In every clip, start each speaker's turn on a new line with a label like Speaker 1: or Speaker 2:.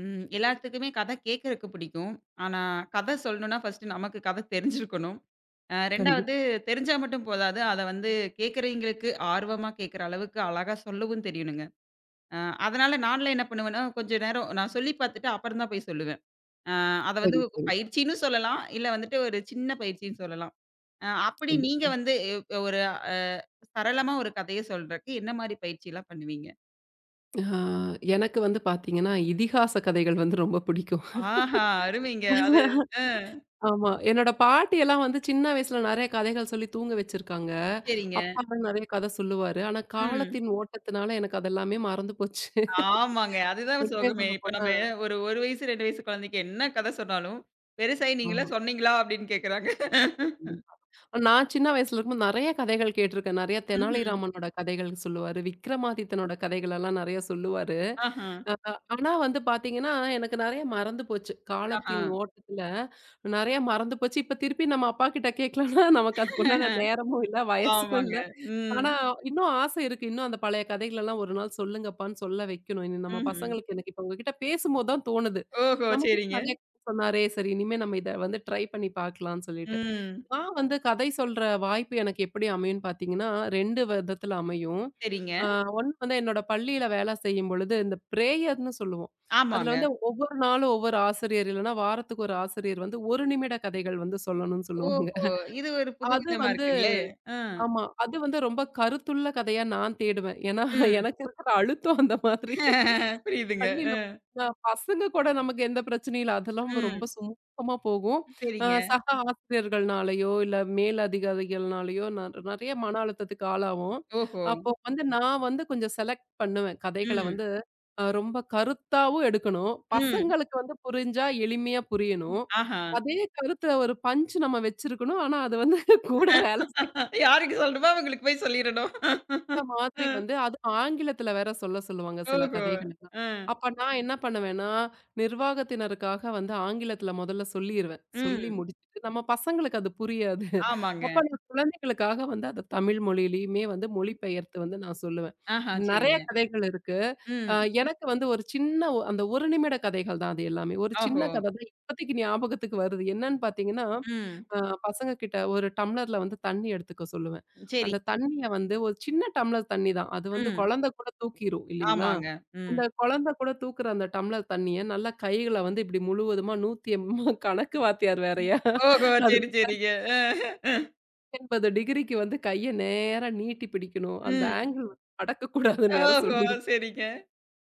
Speaker 1: ம். எல்லாத்துக்குமே கதை கேட்கறக்கு பிடிக்கும். ஆனா, கதை சொல்லணும்னா ஃபர்ஸ்ட்டு நமக்கு கதை தெரிஞ்சிருக்கணும்.
Speaker 2: கண்டிப்
Speaker 1: 2வது தெரிஞ்சா மட்டும் போதாது. அத வந்து கேட்கறவைங்களுக்கு ஆர்வமா கேட்கற அளவுக்கு அழகா சொல்லவும் தெரியணுங்க. அ அதனால நான்லாம் என்ன பண்ணுவேன்னா, கொஞ்ச நேரம் நான் சொல்லி பார்த்துட்டு அப்புறம் தான் போய் சொல்லுவேன். அ அத வந்து
Speaker 2: சரி,
Speaker 1: ஒரு
Speaker 2: சரி.
Speaker 1: பயிற்சின்னு சொல்லலாம். இல்ல வந்துட்டு ஒரு சின்ன பயிற்சின்னு சொல்லலாம். அப்படி நீங்க
Speaker 2: கண்டிப்பா.
Speaker 1: வந்து ஒரு அ சரளமா ஒரு கதைய சொல்றக்கு என்ன மாரி பயிற்சிலாம் பண்ணுவீங்க?
Speaker 2: ஆ எனக்கு வந்து பார்த்தீங்கன்னா, இதிகாச கதைகள் வந்து ரொம்ப பிடிக்கும்.
Speaker 1: ஆஹா! அருமைங்க. அது அ.
Speaker 2: ஆமா. என்னோட பாட்டியெல்லாம் வந்து சின்ன வயசுல நெறைய கதைகள் சொல்லி தூங்க வச்சிருக்காங்க.
Speaker 1: சரிங்க.
Speaker 2: அப்பாலாம் நெறைய கதை சொல்லுவாரு. ஆனா
Speaker 1: ம்.
Speaker 2: காலத்தின் ஓட்டத்தினால எனக்கு அதெல்லாமே மறந்து போச்சு.
Speaker 1: ஆமாங்க. அதுதான்
Speaker 2: உண்மைய
Speaker 1: சுகமே. இப்ப
Speaker 2: சொல்லப்போனா
Speaker 1: நம்ம ஒரு 1 வயசு, 2 வயசு குழந்தைக்கு என்ன கதை சொன்னாலும், பெருசாயி நீங்களா
Speaker 2: ஆமா.
Speaker 1: சொன்னீங்களா? அப்படின்னு கேட்கறாங்க.
Speaker 2: கண்டிப்பா. நான் சின்ன வயசுல இருக்கும்போது நெறைய கதைகள் கேட்டிருக்கேன். நெறைய
Speaker 1: ம்ஹ்ம்.
Speaker 2: தெனாலிராமனோட கதைகள் சொல்லுவாரு. விக்ரமாதித்தனோட கதைகள் எல்லாம் நெறைய சொல்லுவாரு.
Speaker 1: ஆஹா.
Speaker 2: அ அ ஆனா வந்து பாத்தீங்கன்னா, எனக்கு நெறைய மறந்து போச்சு.
Speaker 1: ஆஹா.
Speaker 2: காலத்தின் ஓட்டத்துல நெறைய மறந்து போச்சு. இப்ப திருப்பி நம்ம அப்பா கிட்ட கேட்கலன்னா, நமக்கு அதுக்குண்டான நேரமும் இல்ல, வயசும்
Speaker 1: ஆமாங்க.
Speaker 2: இல்ல.
Speaker 1: ம்.
Speaker 2: ஆனா இன்னும் ஆசை இருக்கு. இன்னும் அந்த பழைய கதைகளெல்லாம் ஒரு நாள் சொல்லுங்கப்பான்னு சொல்ல வைக்கணும். இனி நம்ம
Speaker 1: ம்ஹ்ம்.
Speaker 2: பசங்களுக்கு எனக்கு இப்ப உங்ககிட்ட பேசும்போது தான் தோணுது.
Speaker 1: ஓஹோ!
Speaker 2: நமக்கு
Speaker 1: சரிங்க.
Speaker 2: நெறைய சொன்னாரே! சரி இனிமே நம்ம இத வந்து ட்ரை பண்ணி பாக்கலாம்ன்னு சொல்லிட்டு.
Speaker 1: ம்.
Speaker 2: நான் வந்து கதை சொல்ற வாய்ப்பு எனக்கு எப்படி அமையும்ன்னு பார்த்தீங்கன்னா, 2 விதத்துல அமையும்.
Speaker 1: சரிங்க.
Speaker 2: ஆ ஒண்ணு வந்து என்னோட பள்ளியில வேலை செய்யும் பொழுது, இந்த பிரேயர்ன்னு சொல்லுவோம். அதுல
Speaker 1: ஆமாங்க.
Speaker 2: வந்து ஒவ்வொரு நாளும் ஒவ்வொரு ஆசிரியர் இல்லன்னா, வாரத்துக்கு ஒரு ஆசிரியர் வந்து 1 நிமிட கதைகள் வந்து சொல்லணும்னு சொல்லுவாங்க.
Speaker 1: ஓஹோ! இது ஒரு புது
Speaker 2: அது
Speaker 1: விதமா
Speaker 2: வந்து
Speaker 1: இருக்குங்களே! அ.
Speaker 2: ஆமா. அது வந்து ரொம்ப கருத்துள்ள கதையா நான் தேடுவேன். ஏன்னா,
Speaker 1: ம்.
Speaker 2: எனக்கு இருக்கிற அழுத்தம் அந்த மாதிரி.
Speaker 1: புரியுதுங்க.
Speaker 2: பள்ளியில
Speaker 1: அ.
Speaker 2: பசங்க கூட நமக்கு எந்த பிரச்சனையும் இல்ல. அதெல்லாம் ரொம்ப
Speaker 1: ம்.
Speaker 2: சுமூகமா போகும்.
Speaker 1: சரிங்க.
Speaker 2: சக ஆசிரியர்கள்னாலயோ, இல்ல மேல் அதிகாரிகள்னாலயோ நெறைய மன அழுத்தத்துக்கு ஆளாவோம்.
Speaker 1: ஓஹோ!
Speaker 2: அப்போ வந்து நான் வந்து கொஞ்சம் செலக்ட் பண்ணுவேன். கதைகள
Speaker 1: ம்.
Speaker 2: வந்து ரொம்ப கருத்தாவும் எடுக்கணும்.
Speaker 1: ம்.
Speaker 2: பசங்களுக்கு வந்து புரிஞ்சா எளிமையா புரியணும்.
Speaker 1: ஆஹா.
Speaker 2: அதே கருத்த ஒரு பஞ்ச் நம்ம வச்சிருக்கணும். ஆனா அது வந்து கூட வேல
Speaker 1: யாருக்கு சொல்லணுமோ அவங்களுக்கு போய் சொல்லிறணும்.
Speaker 2: அந்த
Speaker 1: அ.
Speaker 2: மாதிரி வந்து அதுவும் ஆங்கிலத்துல வேற சொல்ல சொல்லுவாங்க சில
Speaker 1: ஓஹோ!
Speaker 2: கதைகளெல்லாம்.
Speaker 1: அ.
Speaker 2: அப்ப நான் என்ன பண்ணுவேன்னா, நிர்வாகத்தினருக்காக வந்து ஆங்கிலத்துல முதல்ல சொல்லிருவேன். சொல்லி
Speaker 1: ம்.
Speaker 2: முடிச்சுட்டு நம்ம பசங்களுக்கு அது புரியாது.
Speaker 1: ஆமாங்க.
Speaker 2: அப்ப நான் குழந்தைகளுக்காக வந்து அத தமிழ் மொழியிலயுமே வந்து மொழிபெயர்த்து வந்து நான் சொல்லுவேன்.
Speaker 1: ஆஹா,
Speaker 2: நெறைய
Speaker 1: சரிங்க.
Speaker 2: கதைகள் இருக்கு. அ
Speaker 1: ம்.
Speaker 2: எனக்கு வந்து ஒரு சின்ன அந்த 1 நிமிட கதைகள் தான் அது எல்லாமே. ஒரு
Speaker 1: ஓஹோ!
Speaker 2: சின்ன கதை தான் இப்போதைக்கு ஞாபகத்துக்கு வருது. என்னன்னு பார்த்தீங்கன்னா,
Speaker 1: ம்.
Speaker 2: அ பசங்க கிட்ட ஒரு டம்ளர்ல வந்து தண்ணி எடுத்துக்க சொல்லுவேன்.
Speaker 1: சரி.
Speaker 2: அந்த தண்ணிய வந்து ஒரு சின்ன டம்ளர் தண்ணி தான். அது வந்து
Speaker 1: ம்.
Speaker 2: குழந்தை கூட தூக்கிரும் இல்லைங்களா?
Speaker 1: ஆமாங்க. ம்.
Speaker 2: அந்த குழந்தை கூட தூக்குற அந்த டம்ளர் தண்ணிய நல்லா கைகள வந்து இப்படி முழுவதுமா 180 கணக்கு வாத்தியார் வேறயா.
Speaker 1: ஓஹோ!
Speaker 2: அது
Speaker 1: சரி, சரிங்க. அ.
Speaker 2: 180 டிகிரிக்கு வந்து கைய நேரா நீட்டி பிடிக்கணும். அந்த
Speaker 1: ம்.
Speaker 2: ஆங்கிள் வந்து மடக்கக்கூடாதுன்னு வேற
Speaker 1: ஓஹோ!
Speaker 2: சொல்லிருக்கு.
Speaker 1: சரிங்க.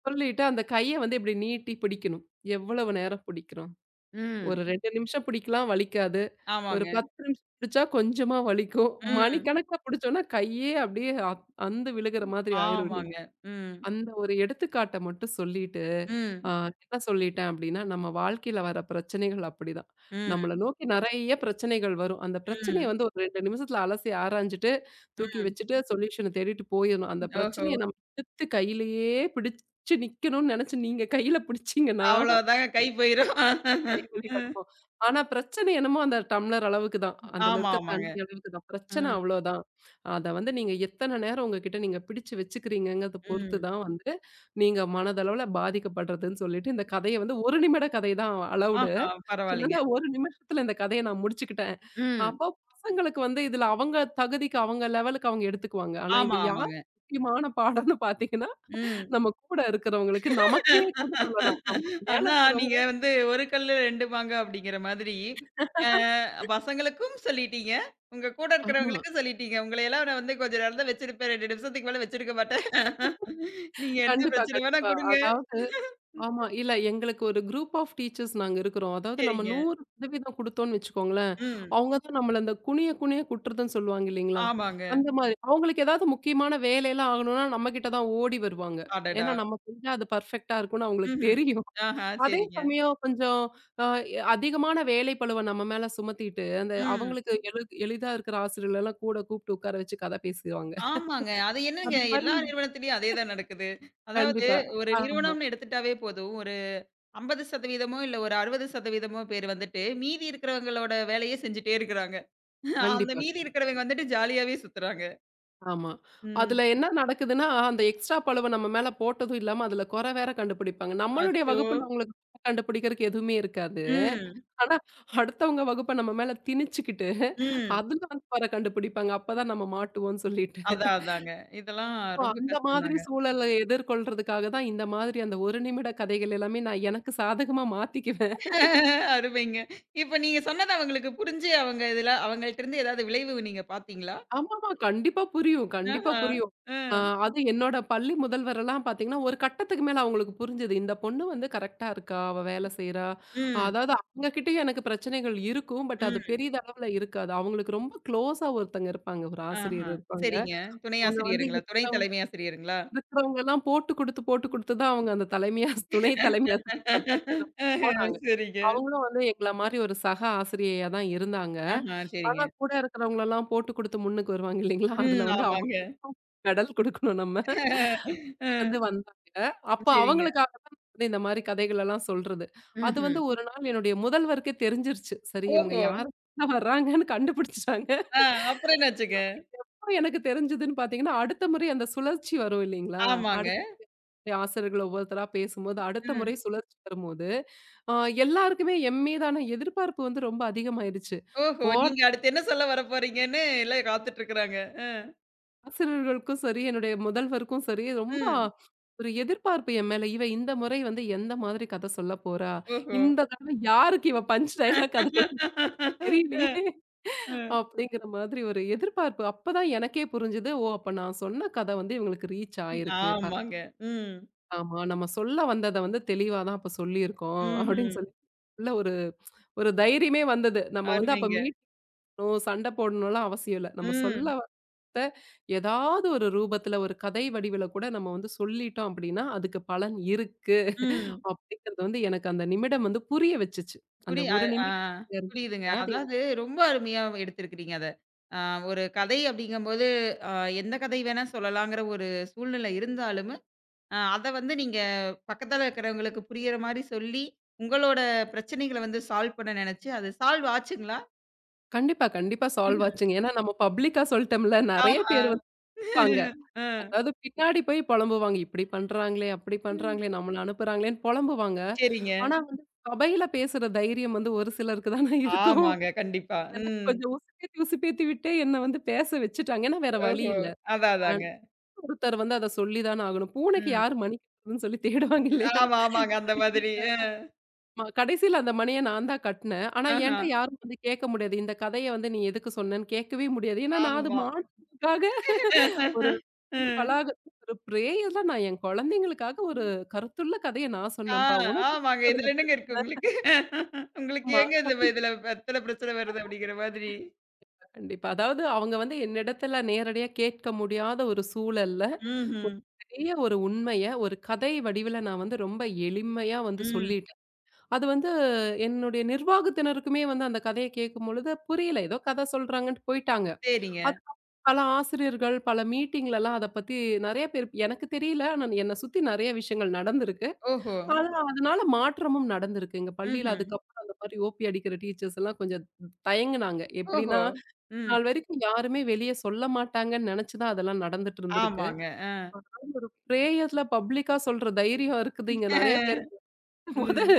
Speaker 2: சொல்லிட்டு அந்த கைய வந்து இப்படி நீட்டி பிடிக்கணும். எவ்வளவு நேரம் பிடிக்கிறோம்?
Speaker 1: ம்.
Speaker 2: ஒரு 2 நிமிஷம் பிடிக்கலாம் வலிக்காது. ஒரு
Speaker 1: ஆமாங்க.
Speaker 2: 10 நிமிஷம் பிடிச்சா கொஞ்சமா வலிக்கும்.
Speaker 1: ம்.
Speaker 2: மணிக்கணக்கா பிடிச்சோம்னா கையே அப்படியே அந்து விழுகிற மாதிரி ஆயிரும்
Speaker 1: ஆமாங்க.
Speaker 2: இல்லைங்களா?
Speaker 1: ம்.
Speaker 2: அந்த ஒரு எடுத்துக்காட்ட மட்டும் சொல்லிட்டு, அ
Speaker 1: ம்.
Speaker 2: என்ன சொல்லிட்டேன் அப்டின்னா, நம்ம வாழ்க்கையில வர பிரச்சனைகள் அப்படிதான். நம்மள
Speaker 1: ம்.
Speaker 2: நோக்கி நெறைய பிரச்சனைகள் வரும். அந்த பிரச்சனைய
Speaker 1: ம்.
Speaker 2: வந்து ஒரு 2 நிமிஷத்துல அலசி ஆராய்ஞ்சுட்டு, தூக்கி
Speaker 1: ம்.
Speaker 2: வச்சுட்டு சொல்யூஷன தேடிட்டு போயிரணும். அந்த
Speaker 1: ஓஹோ!
Speaker 2: பிரச்சனைய நம்ம இழுத்து கையிலேயே பிடிச்சு நிக்கணும்னு நெனச்சு நீங்க கையில பிடிச்சீங்கன்னா,
Speaker 1: அவ்வளோதாங்க கை போயிரும்.
Speaker 2: கைகளில
Speaker 1: ம்.
Speaker 2: இருக்கும். ஆனா பிரச்சனை என்னமோ அந்த டம்ளர் அளவுக்கு தான். அதுல
Speaker 1: ஆமா,
Speaker 2: இருக்க
Speaker 1: ஆமாங்க.
Speaker 2: தண்ணி அளவுக்கு தான். பிரச்சனை
Speaker 1: ம்.
Speaker 2: அவ்வளோதான். அத வந்து நீங்க எத்தன நேரம் உங்ககிட்ட நீங்க பிடிச்சு வச்சுக்கிறீங்கங்கிறத பொறுத்து
Speaker 1: ம்.
Speaker 2: தான் வந்து, நீங்க மனதளவுல பாதிக்கப்படுறதுன்னு சொல்லிட்டு இந்த கதைய வந்து 1 நிமிட கதை தான் அலவுடு.
Speaker 1: ஆஹா! பரவாயில்லைங்க.
Speaker 2: அதனால 1 நிமிஷத்துல இந்த கதைய நான் முடிச்சுக்கிட்டேன்.
Speaker 1: ம்.
Speaker 2: அப்போ பசங்களுக்கு வந்து இதுல அவங்க தகுதிக்கு, அவங்க லெவலுக்கு அவங்க எடுத்துக்குவாங்க. ஆனா
Speaker 1: ஆமா,
Speaker 2: இது யாருக்கு
Speaker 1: ஆமாங்க.
Speaker 2: முக்கியமான பாடம்னு பார்த்தீங்கன்னா,
Speaker 1: ம்.
Speaker 2: நம்ம கூட இருக்கிறவங்களுக்கு நமக்கே கூட சொல்லலாம். நமக்கு மேல
Speaker 1: ஆனா,
Speaker 2: இருக்கிறவங்க
Speaker 1: நீங்க வந்து ஒரு கல்லுல 2 மாங்கா அப்படிங்கிற மாதிரி, அ பசங்களுக்கும் சொல்லிட்டீங்க. உங்க கூட
Speaker 2: ஆமா.
Speaker 1: இருக்கிறவங்களுக்கும் சொல்லிட்டீங்க. உங்களையெல்லாம் நான் வந்து கொஞ்ச நேரம் தான் வச்சிருப்பேன். 2 நிமிஷத்துக்கு மேல வச்சிருக்க மாட்டேன். நீங்க என்ன
Speaker 2: கண்டிப்பா,
Speaker 1: பிரச்சனை வேணா
Speaker 2: கண்டிப்பா.
Speaker 1: குடுங்க.
Speaker 2: அதாவது ஆமா. இல்ல எங்களுக்கு ஒரு குரூப் ஆஃப் டீச்சர்ஸ் நாங்க இருக்கிறோம். அதாவது நம்ம
Speaker 1: சரிங்க.
Speaker 2: 100% குடுத்தோம்னு வச்சுக்கோங்களேன்,
Speaker 1: ம்.
Speaker 2: அவங்க தான் நம்மள அந்த குனிய குனிய குட்டுறதுன்னு சொல்லுவாங்க இல்லீங்களா?
Speaker 1: ஆமாங்க.
Speaker 2: அந்த மாரி. அவங்களுக்கு ஏதாவது முக்கியமான வேலைலாம் ஆகணும்னா, நம்ம கிட்ட தான் ஓடி வருவாங்க.
Speaker 1: அடடா!
Speaker 2: ஏன்னா நம்ம செஞ்சா அது பெர்ஃபெக்ட்டா இருக்கும்னு அவங்களுக்கு
Speaker 1: ம்ஹ்ம்.
Speaker 2: தெரியும்.
Speaker 1: ஆஹா,
Speaker 2: அதே
Speaker 1: சரிங்க.
Speaker 2: சமயம் கொஞ்சம் அ அதிகமான வேலைப்பளுவ நம்ம மேல சுமத்திட்டு, அந்த
Speaker 1: ம்.
Speaker 2: அவங்களுக்கு எளிதா இருக்கிற ஆசிரியர்களலாம் கூட கூப்பிட்டு உட்கார வச்சு கதை பேசுவாங்க.
Speaker 1: ஆமாங்க. அது என்னங்க
Speaker 2: அது மாரி
Speaker 1: எல்லா நிறுவனத்திலயும் அதே தான் நடக்குது. அதாவது
Speaker 2: கண்டிப்பா.
Speaker 1: ஒரு
Speaker 2: ஆமா.
Speaker 1: நிறுவனம்னு எடுத்துட்டாவே போதும். 50% இல்ல ஒரு 60% பேர் வந்துட்டு, மீதி இருக்கிறவங்களோட வேலைய செஞ்சுட்டே இருக்கிறாங்க. அந்த
Speaker 2: கண்டிப்பா.
Speaker 1: மீதி இருக்கிறவங்க வந்துட்டு ஜாலியாவே சுத்துறாங்க.
Speaker 2: ஆமா.
Speaker 1: ம்.
Speaker 2: அதுல என்ன நடக்குதுன்னா, அந்த எக்ஸ்ட்ரா பளுவ நம்ம மேல போட்டதும் இல்லாம, அதுல குறை வேற கண்டுபிடிப்பாங்க. நம்மளுடைய
Speaker 1: அச்சோ!
Speaker 2: வகுப்புல அவங்களுக்கு குறை கண்டுபிடிக்கிறதுக்கு எதுவுமே இருக்காது.
Speaker 1: ம்.
Speaker 2: ஆனா, அடுத்தவங்க வகுப்ப நம்ம மேல திணிச்சுக்கிட்டு,
Speaker 1: ம்.
Speaker 2: அதுல வந்து குறை கண்டுபிடிப்பாங்க. அப்பதான் நம்ம மாட்டுவோம்ன்னு சொல்லிட்டு.
Speaker 1: அதான், அதாங்க. இதெல்லாம்
Speaker 2: ஸோ
Speaker 1: ரொம்ப
Speaker 2: அந்த மாதிரி
Speaker 1: கஷ்டம்தாங்க.
Speaker 2: சூழல எதிர்கொள்றதுக்காக தான், இந்த மாதிரி அந்த 1 நிமிட கதைகள் எல்லாமே நான் எனக்கு சாதகமா மாத்திக்குவேன்.
Speaker 1: அருமைங்க. இப்ப நீங்க சொன்னது அவங்களுக்கு புரிஞ்சு அவங்க இதுல அவங்கள்ட்டருந்து ஏதாவது விளைவு நீங்க பார்த்தீங்களா?
Speaker 2: ஆமாமா. கண்டிப்பா புரியும், கண்டிப்பா
Speaker 1: ஆஹா.
Speaker 2: புரியும்.
Speaker 1: அ.
Speaker 2: ஆ அது என்னோட பள்ளி முதல்வரெல்லாம் பார்த்தீங்கன்னா, ஒரு கட்டத்துக்கு மேல அவங்களுக்கு புரிஞ்சது. இந்த பொண்ணு வந்து கரெக்ட்டா இருக்கா, அவ வேல செய்றா.
Speaker 1: ம்.
Speaker 2: அதாவது அவங்க கிட்டயும் எனக்கு பிரச்சனைகள் இருக்கும். பட் அது
Speaker 1: ம்.
Speaker 2: பெரிதளவுல இருக்காது. அவங்களுக்கு ரொம்ப க்ளோஸா ஒருத்தங்க இருப்பாங்க. ஒரு
Speaker 1: ஆஹா.
Speaker 2: ஆசிரியர் இருப்பாங்க.
Speaker 1: சரிங்க. துணை
Speaker 2: அவங்க வந்து
Speaker 1: ஆசிரியருங்களா? துணை தலைமை ஆசிரியருங்களா?
Speaker 2: இருக்கிறவங்க எல்லாம் போட்டு குடுத்து, போட்டு குடுத்து தான் அவங்க அந்த தலைமையா துணை தலைமையா பதவிக்கு
Speaker 1: ஆஹ.
Speaker 2: போனாங்க.
Speaker 1: சரிங்க.
Speaker 2: அவங்களும் வந்து எங்கள மாரி ஒரு சக ஆசிரியையா தான் இருந்தாங்க.
Speaker 1: ஆஹா. சரிங்க.
Speaker 2: ஆனா கூட இருக்கிறவங்களலாம் போட்டு குடுத்து முன்னுக்கு வருவாங்க இல்லைங்களா? அதுல
Speaker 1: ம்.
Speaker 2: வந்து
Speaker 1: ஆமாங்க.
Speaker 2: அவங்களுக்கும் மெடல் குடுக்கணும் நம்ம.
Speaker 1: அ
Speaker 2: வந்து வந்தாங்க. அப்ப
Speaker 1: சரிங்க.
Speaker 2: அவங்களுக்காக தான் வந்து இந்த மாரி கதைகளெல்லாம் சொல்றது. அது
Speaker 1: ம்ஹ்ம்.
Speaker 2: வந்து ஒரு நாள் என்னுடைய முதல்வருக்கே தெரிஞ்சிருச்சு. சரி இவங்க
Speaker 1: ஓஹோ!
Speaker 2: யாரு வர்றாங்கன்னு கண்டுபிடிச்சுட்டாங்க.
Speaker 1: ஆ அப்புறம் என்னாச்சுங்க?
Speaker 2: எப்ப எனக்கு தெரிஞ்சதுன்னு பார்த்தீங்கன்னா, அடுத்த முறை அந்த சுழற்சி வரும் இல்லைங்களா?
Speaker 1: ஆமாங்க.
Speaker 2: அடுத்த முறை ஆசிரியர்கள் ஒவ்வொருத்தரா பேசும்போது, அடுத்த முறை
Speaker 1: ம்.
Speaker 2: சுழற்சி வரும்போது, அ எல்லாருக்குமே என் மீதான எதிர்பார்ப்பு வந்து ரொம்ப அதிகமாயிருச்சு.
Speaker 1: ஓஹோ!
Speaker 2: போன
Speaker 1: நீங்க அடுத்து என்ன சொல்ல வரப்போறீங்கன்னு எல்லாம் காத்துட்டு இருக்கிறாங்க. அ,
Speaker 2: ஆசிரியர்களுக்கும் சரி, என்னுடைய முதல்வருக்கும் சரி, ரொம்ப
Speaker 1: ம்.
Speaker 2: ஒரு எதிர்பார்ப்பு என் மேல. இவ இந்த முறை வந்து எந்த மாதிரி கதை சொல்ல போறா?
Speaker 1: ஓஹோ!
Speaker 2: இந்த தடவ யாருக்கு இவ பஞ்ச் டயலாக் அது கூட
Speaker 1: அ,
Speaker 2: தெரியலையே!
Speaker 1: அ.
Speaker 2: அப்படிங்கிற மாதிரி ஒரு எதிர்பார்ப்பு. அப்பதான் எனக்கே புரிஞ்சது. ஓ! அப்ப நான் சொன்ன கதை வந்து இவங்களுக்கு ரீச் ஆயிருக்கு.
Speaker 1: ஆமாங்க. ம்.
Speaker 2: ஆமா. நம்ம சொல்ல வந்தத வந்து தெளிவா தான் அப்ப சொல்லியிருக்கோம்.
Speaker 1: ம்ஹ்ம்.
Speaker 2: அப்படின்னு சொல்லி உள்ள ஒரு ஒரு தைரியமே வந்தது. நம்ம வந்து அப்ப
Speaker 1: அருமைங்க.
Speaker 2: சண்டை போடணும்லாம் அவசியம் இல்ல. நம்ம சொல்ல
Speaker 1: ம்,
Speaker 2: ஏதாவது ஒரு ரூபத்துல, ஒரு கதை வடிவில கூட நம்ம வந்து சொல்லிட்டோம் அப்படின்னா, அதுக்கு பலன் இருக்கு.
Speaker 1: ம்.
Speaker 2: அப்படிங்கிறது வந்து எனக்கு அந்த நிமிடம் வந்து புரிய வச்சுச்சு. அந்த
Speaker 1: புரி அ
Speaker 2: ஒரு
Speaker 1: ஆ
Speaker 2: நிமிடத்துல இருந்து
Speaker 1: புரியுதுங்க.
Speaker 2: அது எனக்கு
Speaker 1: அதாவது ரொம்ப அருமையா எடுத்திருக்கிறீங்க அத. அ ஒரு கதை அப்படிங்கும்போது, அ எந்த கதை வேணா சொல்லலாங்கிற ஒரு சூழ்நிலை இருந்தாலுமு அத வந்து நீங்க பக்கத்துல இருக்கிறவங்களுக்கு புரியிற மாரி சொல்லி, உங்களோட பிரச்சனைகள வந்து சால்வ் பண்ண நெனச்சு, அது சால்வ் ஆச்சுங்களா?
Speaker 2: கண்டிப்பா, கண்டிப்பா சால்வ்
Speaker 1: ம்ஹ்ம்.
Speaker 2: ஆச்சுங்க. ஏன்னா நம்ம பப்ளிக்கா சொல்லிட்டோம்ல, நெறைய
Speaker 1: ஆஹா!
Speaker 2: பேர் வந்து இருப்பாங்க.
Speaker 1: அ.
Speaker 2: அதாவது பின்னாடி போய் பொலம்புவாங்க. இப்படி பண்றாங்களே, அப்படி
Speaker 1: ம்.
Speaker 2: பண்றாங்களே, நம்மள அனுப்புறாங்களேன்னு பொலம்புவாங்க.
Speaker 1: சரிங்க.
Speaker 2: ஆனா வந்து சபையில பேசுற தைரியம் வந்து ஒரு சிலருக்கு தானே இருக்கும்.
Speaker 1: ஆமாங்க. கண்டிப்பா.
Speaker 2: எனக்கு
Speaker 1: ம்.
Speaker 2: கொஞ்சம் உசுப்பேத்தி, உசுப்பேத்தி விட்டே என்ன வந்து பேச வச்சுட்டாங்க. ஏன்னா வேற வழி
Speaker 1: ஓஹோ!
Speaker 2: இல்ல.
Speaker 1: அதான் அதாங்க.
Speaker 2: ஒருத்தர் வந்து அத சொல்லி தான ஆகணும். பூனைக்கு
Speaker 1: ம்.
Speaker 2: யார் மணி கட்டுறதுன்னு சொல்லி தேடுவாங்க இல்லையா?
Speaker 1: ஆமா, ஆமாங்க. அந்த மாதிரி.
Speaker 2: கடைசில
Speaker 1: அ.
Speaker 2: கடைசில அந்த மணிய நான் தான் கட்டுனேன். ஆனா
Speaker 1: ஆஹா.
Speaker 2: என்ட்ட யாரும் வந்து கேட்க முடியாது. இந்த கதைய வந்து நீ எதுக்கு சொன்னேன்னு கேட்கவே முடியாது. ஏன்னா நான் அது
Speaker 1: ஆமா.
Speaker 2: மாட்டுக்காக ஒரு பள்ளி
Speaker 1: ம்.
Speaker 2: வளாகத்துல ஒரு பிரேயர்ல நான் என் குழந்தைங்களுக்காக ஒரு கருத்துள்ள கதைய நான்
Speaker 1: ஆ
Speaker 2: சொன்னேன்ப்பா. உனக்கு
Speaker 1: ஆமாங்க.
Speaker 2: அதுல
Speaker 1: இதுல என்னங்க இருக்கு
Speaker 2: பிரச்சனை
Speaker 1: உங்களுக்கு? உங்களுக்கு
Speaker 2: இருக்குமா?
Speaker 1: ஏங்க இது
Speaker 2: அப்படின்னு
Speaker 1: இதுல எத்தன பிரச்சனை வருது அப்படிங்கிற மாதிரி.
Speaker 2: கண்டிப்பா. அதாவது அவங்க வந்து என்னிடத்துல நேரடியா கேட்க முடியாத ஒரு சூழல்ல
Speaker 1: ம்ஹ்ம்.
Speaker 2: பெரிய ஒரு உண்மைய ஒரு கதை வடிவில நான் வந்து ரொம்ப எளிமையா வந்து
Speaker 1: ம்.
Speaker 2: சொல்லிட்டேன். அது வந்து என்னுடைய நிர்வாகத்தினருக்குமே வந்து அந்த கதைய கேட்கும்பொழுது புரியல. ஏதோ கதை சொல்றாங்கன்ட்டு போயிட்டாங்க.
Speaker 1: சரிங்க.
Speaker 2: அதுக்கப்புறம் பல ஆசிரியர்கள், பல மீட்டிங்லலாம் அத பத்தி நெறைய பேர் எனக்கு தெரியல. ஆனா என்ன சுத்தி நெறைய விஷயங்கள் நடந்திருக்கு.
Speaker 1: ஓஹோ!
Speaker 2: ஆனா அதனால மாற்றமும் நடந்திருக்கு. எங்க பள்ளியில
Speaker 1: ம்ஹ்ம்.
Speaker 2: அதுக்கப்புறம் அந்த மாரி ஓபி அடிக்கிற டீச்சர்ஸ் எல்லாம் கொஞ்சம் தயங்குனாங்க.
Speaker 1: ஓஹோ!
Speaker 2: எப்படின்னா,
Speaker 1: ம்.
Speaker 2: நாள் வரைக்கும் யாருமே வெளிய சொல்ல மாட்டாங்கன்னு நெனச்சு தான் அதெல்லாம் நடந்துட்டு இருந்திருக்கு.
Speaker 1: ஆமாங்க.
Speaker 2: ஒரு பிரேயர்ல பப்ளிக்கா சொல்ற தைரியம் இருக்குது இங்க நெறைய பேருக்கு இருக்கும்போது,
Speaker 1: ம்.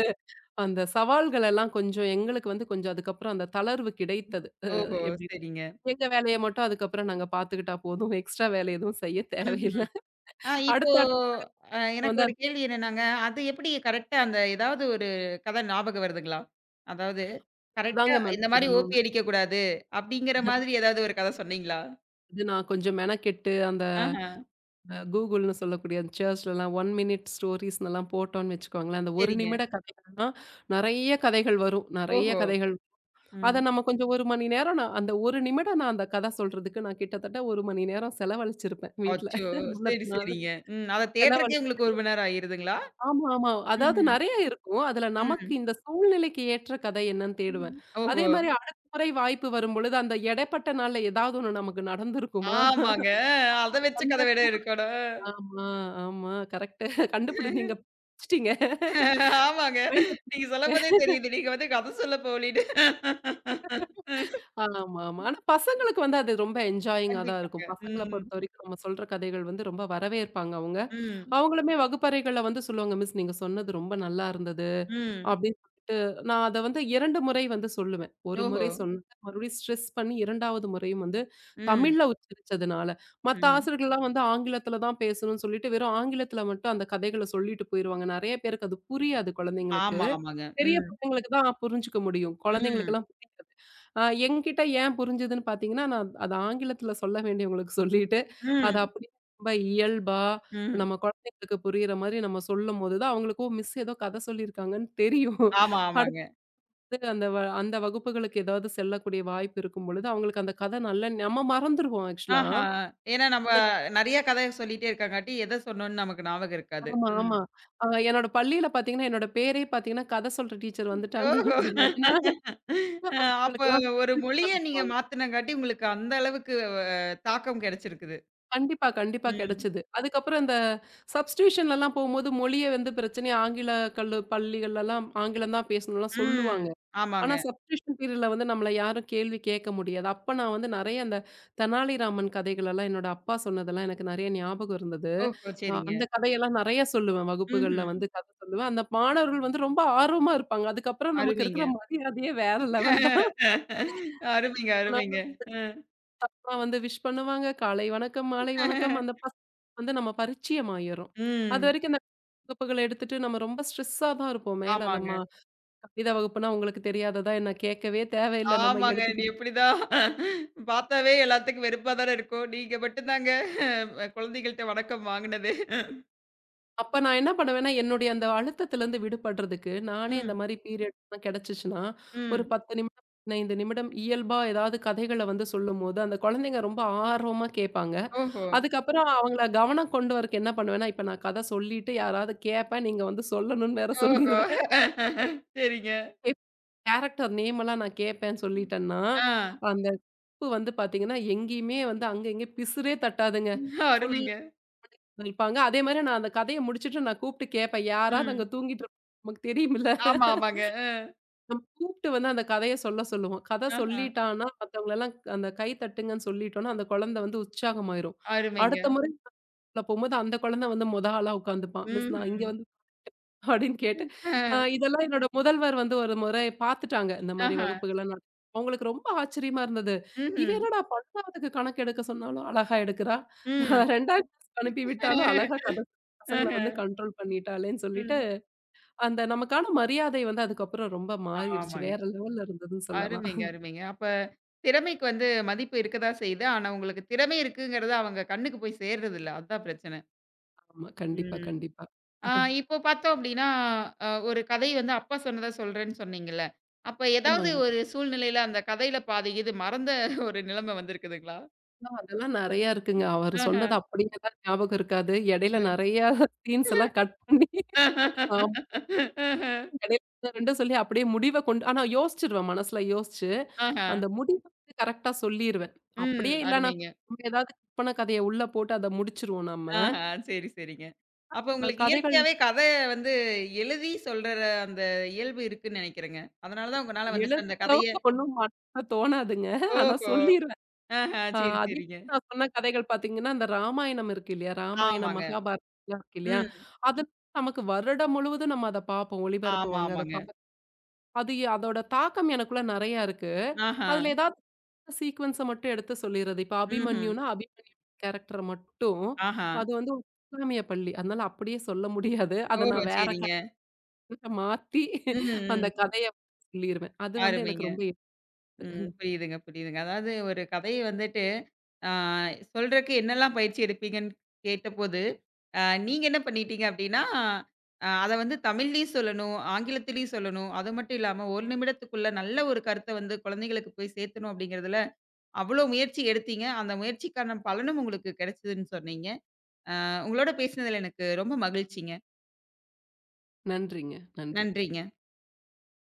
Speaker 2: அந்த சவால்கள் எல்லாம் கொஞ்சம் எங்களுக்கு வந்து கொஞ்சம் அதுக்கப்புறம் அந்த தளர்வு கிடைத்தது. அ
Speaker 1: ஓஹோ!
Speaker 2: எப்டி
Speaker 1: சரிங்க.
Speaker 2: எங்க வேலைய மட்டும் அதுக்கப்புறம் நாங்க பார்த்துக்கிட்டா போதும். எக்ஸ்ட்ரா வேலை எதுவும் செய்ய தேவையில்ல.
Speaker 1: ம்ஹ்ம். இப்போ
Speaker 2: அடுத்த அடுத்து
Speaker 1: எனக்கு
Speaker 2: வந்து
Speaker 1: ஒரு கேள்வி என்னன்னாங்க, அது எப்படி கரெக்ட்டா அந்த ஏதாவது ஒரு கதை ஞாபகம் வருதுங்களா? அதாவது
Speaker 2: அதுக்கு
Speaker 1: கரெக்ட்டா
Speaker 2: தாங்க
Speaker 1: இந்த மாரி
Speaker 2: மெனக்கெடணும்னு.
Speaker 1: ஓபி அடிக்கக்கூடாது, அப்படிங்கிற மாதிரி ஏதாவது ஒரு கதை சொன்னீங்களா?
Speaker 2: இது நான் கொஞ்சம் மெனக்கெட்டு அந்த
Speaker 1: ஆஹா.
Speaker 2: கூகுள்னு சொல்லக்கூடிய அந்த சேர்ச்லலாம் 1 மினிட் ஸ்டோரீஸ்னுலாம் போட்டோம்னு வச்சுக்கோங்களேன். அந்த 1
Speaker 1: சரிங்க.
Speaker 2: நிமிட கதைகள்லாம் நெறைய கதைகள் வரும். நெறைய
Speaker 1: ஓஹோ!
Speaker 2: கதைகள்
Speaker 1: ம்.
Speaker 2: அத நம்ம கொஞ்சம் 1 மணி நேரம் நான் அந்த 1 நிமிடம் நான் அந்த கதை சொல்றதுக்கு நான் கிட்டத்தட்ட 1 மணி நேரம் செலவழிச்சிருப்பேன் வீட்ல.
Speaker 1: அச்சோ! சரி,
Speaker 2: முன்னத்த நாள்
Speaker 1: சரிங்க. ம். அத
Speaker 2: செலவழி
Speaker 1: தேடுறக்கே உங்களுக்கு 1 மணி நேரம் ஆயிருதுங்களா?
Speaker 2: ஆமா, ஆமா. அதாவது
Speaker 1: ம்ஹ்ம்.
Speaker 2: நெறைய இருக்கும். அதுல நமக்கு இந்த சூழ்நிலைக்கு ஏற்ற கதை என்னன்னு தேடுவேன்.
Speaker 1: ம்.
Speaker 2: அதே
Speaker 1: ஓஹோ!
Speaker 2: மாரி அடுத்த முறை வாய்ப்பு வரும்பொழுது, அந்த இடைப்பட்ட நாள்ல ஏதாவது ஒண்ணு நமக்கு நடந்திருக்குமா?
Speaker 1: ஆமாங்க. அத வச்சு
Speaker 2: அங்க
Speaker 1: கதை வேற இருக்கணும்.
Speaker 2: ஆமா, ஆமா. கரெக்ட்டு. நீங்க பிடிச்சிட்டீங்க.
Speaker 1: ஆமாங்க.
Speaker 2: Mind up.
Speaker 1: நீங்க சொல்லும்போதே தெரியுது. நீங்க வந்து கத சொல்ல போலின்னு.
Speaker 2: ஆமா, ஆமா. ஆனா பசங்களுக்கு வந்து அது ரொம்ப என்ஜாயிங்கா தான்
Speaker 1: கண்டிப்பாங்க.
Speaker 2: இருக்கும். பசங்கள
Speaker 1: ம்.
Speaker 2: பொறுத்தவரைக்கும் நம்ம சொல்ற கதைகள் வந்து ரொம்ப வரவேற்பாங்க அவங்க.
Speaker 1: ம்.
Speaker 2: அவங்களுமே வகுப்பறைகள்ல வந்து சொல்லுவாங்க, "மிஸ் நீங்க சொன்னது ரொம்ப நல்லா இருந்தது."
Speaker 1: ம்.
Speaker 2: அப்படின்னு சொல்லிட்டு நான் அத வந்து 2 முறை வந்து சொல்லுவேன். 1 முறை
Speaker 1: ஓஹோ!
Speaker 2: சொன்னது மறுபடியும் ஸ்ட்ரெஸ் பண்ணி 2வது முறையும் வந்து
Speaker 1: ம்.
Speaker 2: தமிழ்ல உச்சரிச்சதுனால. மத்த
Speaker 1: ம்.
Speaker 2: ஆசிரியர்கள்லாம் வந்து ஆங்கிலத்தில தான் பேசணும்னு சொல்லிட்டு, வெறும் ஆங்கிலத்தில மட்டும் அந்த கதைகள சொல்லிட்டு போயிருவாங்க. நெறைய பேருக்கு அது புரியாது குழந்தைங்களுக்கு.
Speaker 1: ஆமா, ஆமாங்க.
Speaker 2: பெரிய
Speaker 1: ம்.
Speaker 2: பசங்களுக்கு தான் புரிஞ்சுக்க முடியும்.
Speaker 1: ம்.
Speaker 2: குழந்தைங்களுக்கெல்லாம் புரியாது. என்கிட்ட ஏன் புரிஞ்சுதுன்னு பார்த்தீங்கன்னா, நான் அது ஆங்கிலத்தில சொல்ல வேண்டியவங்களுக்கு சொல்லிட்டு, அது
Speaker 1: ம்.
Speaker 2: அப்படியே ரொம்ப இயல்பா
Speaker 1: ம்.
Speaker 2: நம்ம குழந்தைங்களுக்கு புரியிற மாரி நம்ம சொல்லும்போது தான் அவங்களுக்கு, ஓ! மிஸ் ஏதோ கதை சொல்லியிருக்காங்கன்னு தெரியும்.
Speaker 1: ஆமா, ஆமாங்க.
Speaker 2: அடுத்தது அந்த வகுப்புகளுக்கு ஏதாவது செல்லக்கூடிய வாய்ப்பு இருக்கும் பொழுது, அவங்களுக்கு அந்த கதை நல்லா நம்ம மறந்துருவோம் ஆக்சுவலா.
Speaker 1: ஆஹா! ஏன்னா நம்ம நெறைய கதை சொல்லிட்டே இருக்காங்காட்டி, எத சொன்னோம்னு நமக்கு ஞாபகம் இருக்காது.
Speaker 2: ஆமா,
Speaker 1: ம்.
Speaker 2: ஆமா. என்னோட பள்ளியில பார்த்தீங்கன்னா, என்னோட பேரே பார்த்தீங்கன்னா, கதை சொல்ற டீச்சர் வந்துட்டாங்க
Speaker 1: ஓஹோ!
Speaker 2: அப்படின்னாங்க. நான்
Speaker 1: அ அப்ப
Speaker 2: வகுப்புகளுக்கெல்லாம்
Speaker 1: ஒரு மொழிய நீங்க மாத்துனங்காட்டி, உங்களுக்கு அந்த அளவுக்கு தாக்கம் கிடைச்சிருக்குது.
Speaker 2: கண்டிப்பா, கண்டிப்பா
Speaker 1: ம்.
Speaker 2: கிடைச்சது. அதுக்கப்புறம் இந்த சப்ஸ்டிடியூஷன்லலாம் போம்போது மொழிய வந்து பிரச்சனையா ஆங்கில கல்லு பள்ளிகள்லலாம் ஆங்கிலம் தான் பேசணும்லாம்
Speaker 1: ம்.
Speaker 2: சொல்லுவாங்க. ஆனா
Speaker 1: ஆமாங்க.
Speaker 2: சப்ஸ்டிடியூஷன் பீரியட்ல வந்து நம்மள யாரும் கேள்வி கேட்க முடியாது. அப்ப நான் வந்து நெறைய அந்த தெனாலிராமன் கதைகளெல்லாம் என்னோட அப்பா சொன்னதெல்லாம் எனக்கு நெறைய ஞாபகம் இருந்தது.
Speaker 1: ஓஹோ! சரிங்க.
Speaker 2: அந்த கதையெல்லாம் நெறைய சொல்லுவேன். வகுப்புகள்ல
Speaker 1: ம்ஹ்ம்.
Speaker 2: வந்து கதை சொல்லுவேன். அந்த மாணவர்கள் வந்து ரொம்ப ஆர்வமா இருப்பாங்க. அதுக்கப்புறம் நமக்கு
Speaker 1: அருமைங்க.
Speaker 2: இருக்கிற மரியாதையே வேற லெவல்
Speaker 1: அருமைங்க, அருமைங்க.
Speaker 2: தான்.
Speaker 1: அ.
Speaker 2: அப்பா வந்து விஷ் பண்ணுவாங்க. காலை வணக்கம், மாலை வணக்கம். அந்த பசங்க வந்து நம்ம பரிச்சயம் ஆயிர்றோம்.
Speaker 1: ம்.
Speaker 2: அதுவரைக்கும் இந்த வகுப்புகள எடுத்துட்டு நம்ம ரொம்ப ஸ்ட்ரெஸ்ஸா தான் இருப்போம். மேல அந்த
Speaker 1: ஆமாங்க,
Speaker 2: கணித வகுப்புனா உங்களுக்கு தெரியாததா என்ன கேட்கவே தேவையில்ல. நம்ம
Speaker 1: ஆமாங்க. நீ
Speaker 2: எடுத்துக்கிட்டு
Speaker 1: எப்படிதான் பார்த்தாவே எல்லாத்துக்கும் வெறுப்பா தானே இருக்கும். நீங்க மட்டும் தாங்க குழந்தைகள்ட்ட வணக்கம் வாங்குனது.
Speaker 2: அப்ப நான் என்ன பண்ணுவேன்னா, என்னுடைய அந்த அழுத்தத்திலருந்து விடுபடுறதுக்கு, நானே இந்த
Speaker 1: ம்,
Speaker 2: மாரி பீரியட்லாம் கிடைச்சுச்சுன்னா, ஒரு
Speaker 1: ம்.
Speaker 2: 10 நிமிடம், 15 நிமிடம் இயல்பா ஏதாவது கதைகள வந்து சொல்லும்போது, அந்த குழந்தைங்க ரொம்ப ஆர்வமா கேட்பாங்க.
Speaker 1: ஓஹோ!
Speaker 2: அதுக்கப்புறம் அவங்கள கவனம் கொண்டு வரக்கு என்ன பண்ணுவேன்னா, இப்ப நான் கதை சொல்லிட்டு யாராவது கேட்பேன், நீங்க வந்து சொல்லணும்னு வேற
Speaker 1: ஓஹோ!
Speaker 2: சொல்லிருவேன்.
Speaker 1: சரிங்க.
Speaker 2: கேப் கேரக்டர் நேமெல்லாம் நான் கேட்பேன் சொல்லிட்டேன்னா,
Speaker 1: ஆ
Speaker 2: அந்த உப்பு வந்து பார்த்தீங்கன்னா, எங்கேயுமே வந்து அங்க இங்க பிசிறே தட்டாதுங்க. ஃபுல்
Speaker 1: அருமைங்க.
Speaker 2: இருப்பாங்க. அதேமாரி நான் அந்த கதைய முடிச்சுட்டு நான் கூப்ட்டு கேட்பேன். யாராவது
Speaker 1: ம்.
Speaker 2: அங்க தூங்கிட்டு இருப்பாங்க. நமக்கு தெரியும்ல.
Speaker 1: ஆமா, ஆமாங்க. அ.
Speaker 2: நம்ம கூப்ட்டு வந்து அந்த கதைய சொல்ல சொல்லுவோம். கதை
Speaker 1: ஆஹா.
Speaker 2: சொல்லிட்டான்னா, மத்தவங்களலாம் அந்த கை தட்டுங்கன்னு சொல்லிட்டோம்னா, அந்த குழந்தை வந்து உற்சாகமாயிரும். அடுத்த
Speaker 1: அருமைங்க.
Speaker 2: முறை உள்ள போம்போது அந்த குழந்தை வந்து மொத ஆளா உட்காந்துப்பான். மிஸ் நான் இங்க
Speaker 1: ம்ஹ்ம்.
Speaker 2: வந்து அப்படின்னு கேட்டு,
Speaker 1: அ.
Speaker 2: இதெல்லாம் என்னோட முதல்வர் வந்து ஒரு முறை பார்த்துட்டாங்க. இந்த மாரி
Speaker 1: ஆஹா.
Speaker 2: வகுப்புகள்லாம் நான் அவங்களுக்கு ரொம்ப ஆச்சரியமா இருந்தது. இவ
Speaker 1: ம்ஹ்ம்.
Speaker 2: என்னடா 12வதுக்கு கணக்கு எடுக்க சொன்னாலும் அழகா எடுக்கிறா.
Speaker 1: ம்.
Speaker 2: 2ஆம் கிளாஸ்க்கு அனுப்பி விட்டாலும் அழகா கதை சொல்லி பசங்கள
Speaker 1: ஆஹ.
Speaker 2: வந்து கண்ட்ரோல் பண்ணிட்டாளேன்னு சொல்லிட்டு,
Speaker 1: ம்.
Speaker 2: அந்த நமக்கான மரியாதை வந்து அதுக்கப்புறம் ரொம்ப மாறிடுச்சு.
Speaker 1: ஆமாங்க.
Speaker 2: வேற லெவல்ல இருந்ததுன்னு சொல்லலாம்.
Speaker 1: அருமைங்க, அருமைங்க. அப்ப திறமைக்கு வந்து மதிப்பு இருக்கதா செய்யுது. ஆனா, உங்களுக்கு திறமை இருக்குங்கிறது அவங்க கண்ணுக்கு போய் சேர்றதில்ல. அதான் பிரச்சனை.
Speaker 2: ஆமா. கண்டிப்பா,
Speaker 1: ம்.
Speaker 2: கண்டிப்பா.
Speaker 1: ஆ இப்போ பார்த்தோம் அப்டின்னா, ஒரு கதை வந்து அப்பா சொன்னத சொல்றேன்னு சொன்னீங்கல்ல. அப்ப ஏதாவது
Speaker 2: ஆமாங்க.
Speaker 1: ஒரு சூழ்நிலையில அந்த கதையில பாதி இது மறந்த ஒரு நிலைமை வந்திருக்குதுங்களா?
Speaker 2: அதெல்லாம் நெறையா இருக்குங்க. அவரு சொன்னது
Speaker 1: ஆஹ.
Speaker 2: அப்படியேதான் ஞாபகம் இருக்காது. இடையில
Speaker 1: ம்.
Speaker 2: நெறையா சீன்ஸ் எல்லாம் கட் பண்ணி 2 சொல்லி அப்படியே முடிவ கொண்டு ஆனா யோசிச்சுருவேன் மனசுல யோசிச்சு,
Speaker 1: ஆஹ.
Speaker 2: அந்த முடிவு வந்து கரெக்ட்டா சொல்லிருவேன்.
Speaker 1: ம்.
Speaker 2: அப்படியே இல்லனா
Speaker 1: அருமைங்க.
Speaker 2: நம்ம ஏதாவது கற்பன கதைய உள்ள போட்டு அத முடிச்சுருவோம் நம்ம.
Speaker 1: ஆஹா, சரி, சரிங்க. அப்ப உங்களுக்கு
Speaker 2: கதைகள்
Speaker 1: இயற்கையாவே கதை வந்து எழுதி சொல்ற அந்த இயல்பு இருக்குன்னு நெனைக்கிறேங்க. அதனால தான் உங்கனால வந்துட்டு
Speaker 2: எழுதுற
Speaker 1: அந்த கதைய
Speaker 2: அளவுக்கு ஒண்ணும் மனசுல தோணாதுங்க. ஆனா
Speaker 1: ஓஹோ!
Speaker 2: சொல்லிருவேன்.
Speaker 1: ஆஹா, சரி,
Speaker 2: அதிகமா
Speaker 1: சரிங்க.
Speaker 2: நான் சொன்ன கதைகள் பார்த்தீங்கன்னா, இந்த ராமாயணம் இருக்கு இல்லையா? ராமாயணம்,
Speaker 1: ஆமாங்க.
Speaker 2: மகாபாரதம்லாம் இருக்கு இல்லையா?
Speaker 1: ம்.
Speaker 2: அது நமக்கு வருடம் முழுவதும் நம்ம அத பார்ப்போம்.
Speaker 1: ஆமா,
Speaker 2: ஒளிபரப்புவாங்க. அத
Speaker 1: ஆமாங்க.
Speaker 2: பார்த்து அது அதோட தாக்கம் எனக்குள்ள நெறையா இருக்கு.
Speaker 1: ஆஹா.
Speaker 2: அதுல ஏதாவது சீக்வென்ஸ மட்டும் எடுத்து சொல்லிறது. இப்ப
Speaker 1: ம்ஹ்ம்.
Speaker 2: அபிமன்யுனா, அபிமன்யு கேரக்டர மட்டும்
Speaker 1: ஆஹா.
Speaker 2: அது வந்து ஒரு இஸ்லாமிய பள்ளி. அதனால அப்படியே சொல்ல முடியாது. அத
Speaker 1: ஓஹோ!
Speaker 2: நான் வேற
Speaker 1: சரிங்க.
Speaker 2: கேரக்டரா மாத்தி
Speaker 1: ம்,
Speaker 2: அந்த
Speaker 1: ம்.
Speaker 2: கதைய சொல்லிருவேன். அது வந்து எனக்கு
Speaker 1: அருமைங்க.
Speaker 2: ரொம்ப
Speaker 1: ம். புரியுதுங்க, புரியுதுங்க. அதாவது ஒரு கதைய வந்துட்டு, ஆ சொல்றக்கு என்னெல்லாம் பயிற்சி எடுப்பீங்கன்னு கேட்டபோது, அ நீங்க என்ன பண்ணிட்டீங்க அப்டின்னா, அத வந்து தமிழ்லயும் சொல்லணும், ஆங்கிலத்திலயும் சொல்லணும். அது மட்டும் இல்லாம 1 நிமிடத்துக்குள்ள நல்ல ஒரு கருத்த வந்து குழந்தைகளுக்கு போய் சேர்த்தணும் அப்டிங்கிறதுல, அவ்ளோ முயற்சி எடுத்தீங்க. அந்த முயற்சிக்கான பலனும் உங்களுக்கு கிடைச்சதுன்னு சொன்னீங்க. உங்களோட பேசினதுல எனக்கு ரொம்ப மகிழ்ச்சிங்க.
Speaker 2: நன்றிங்க. நன்றி.
Speaker 1: நன்றிங்க.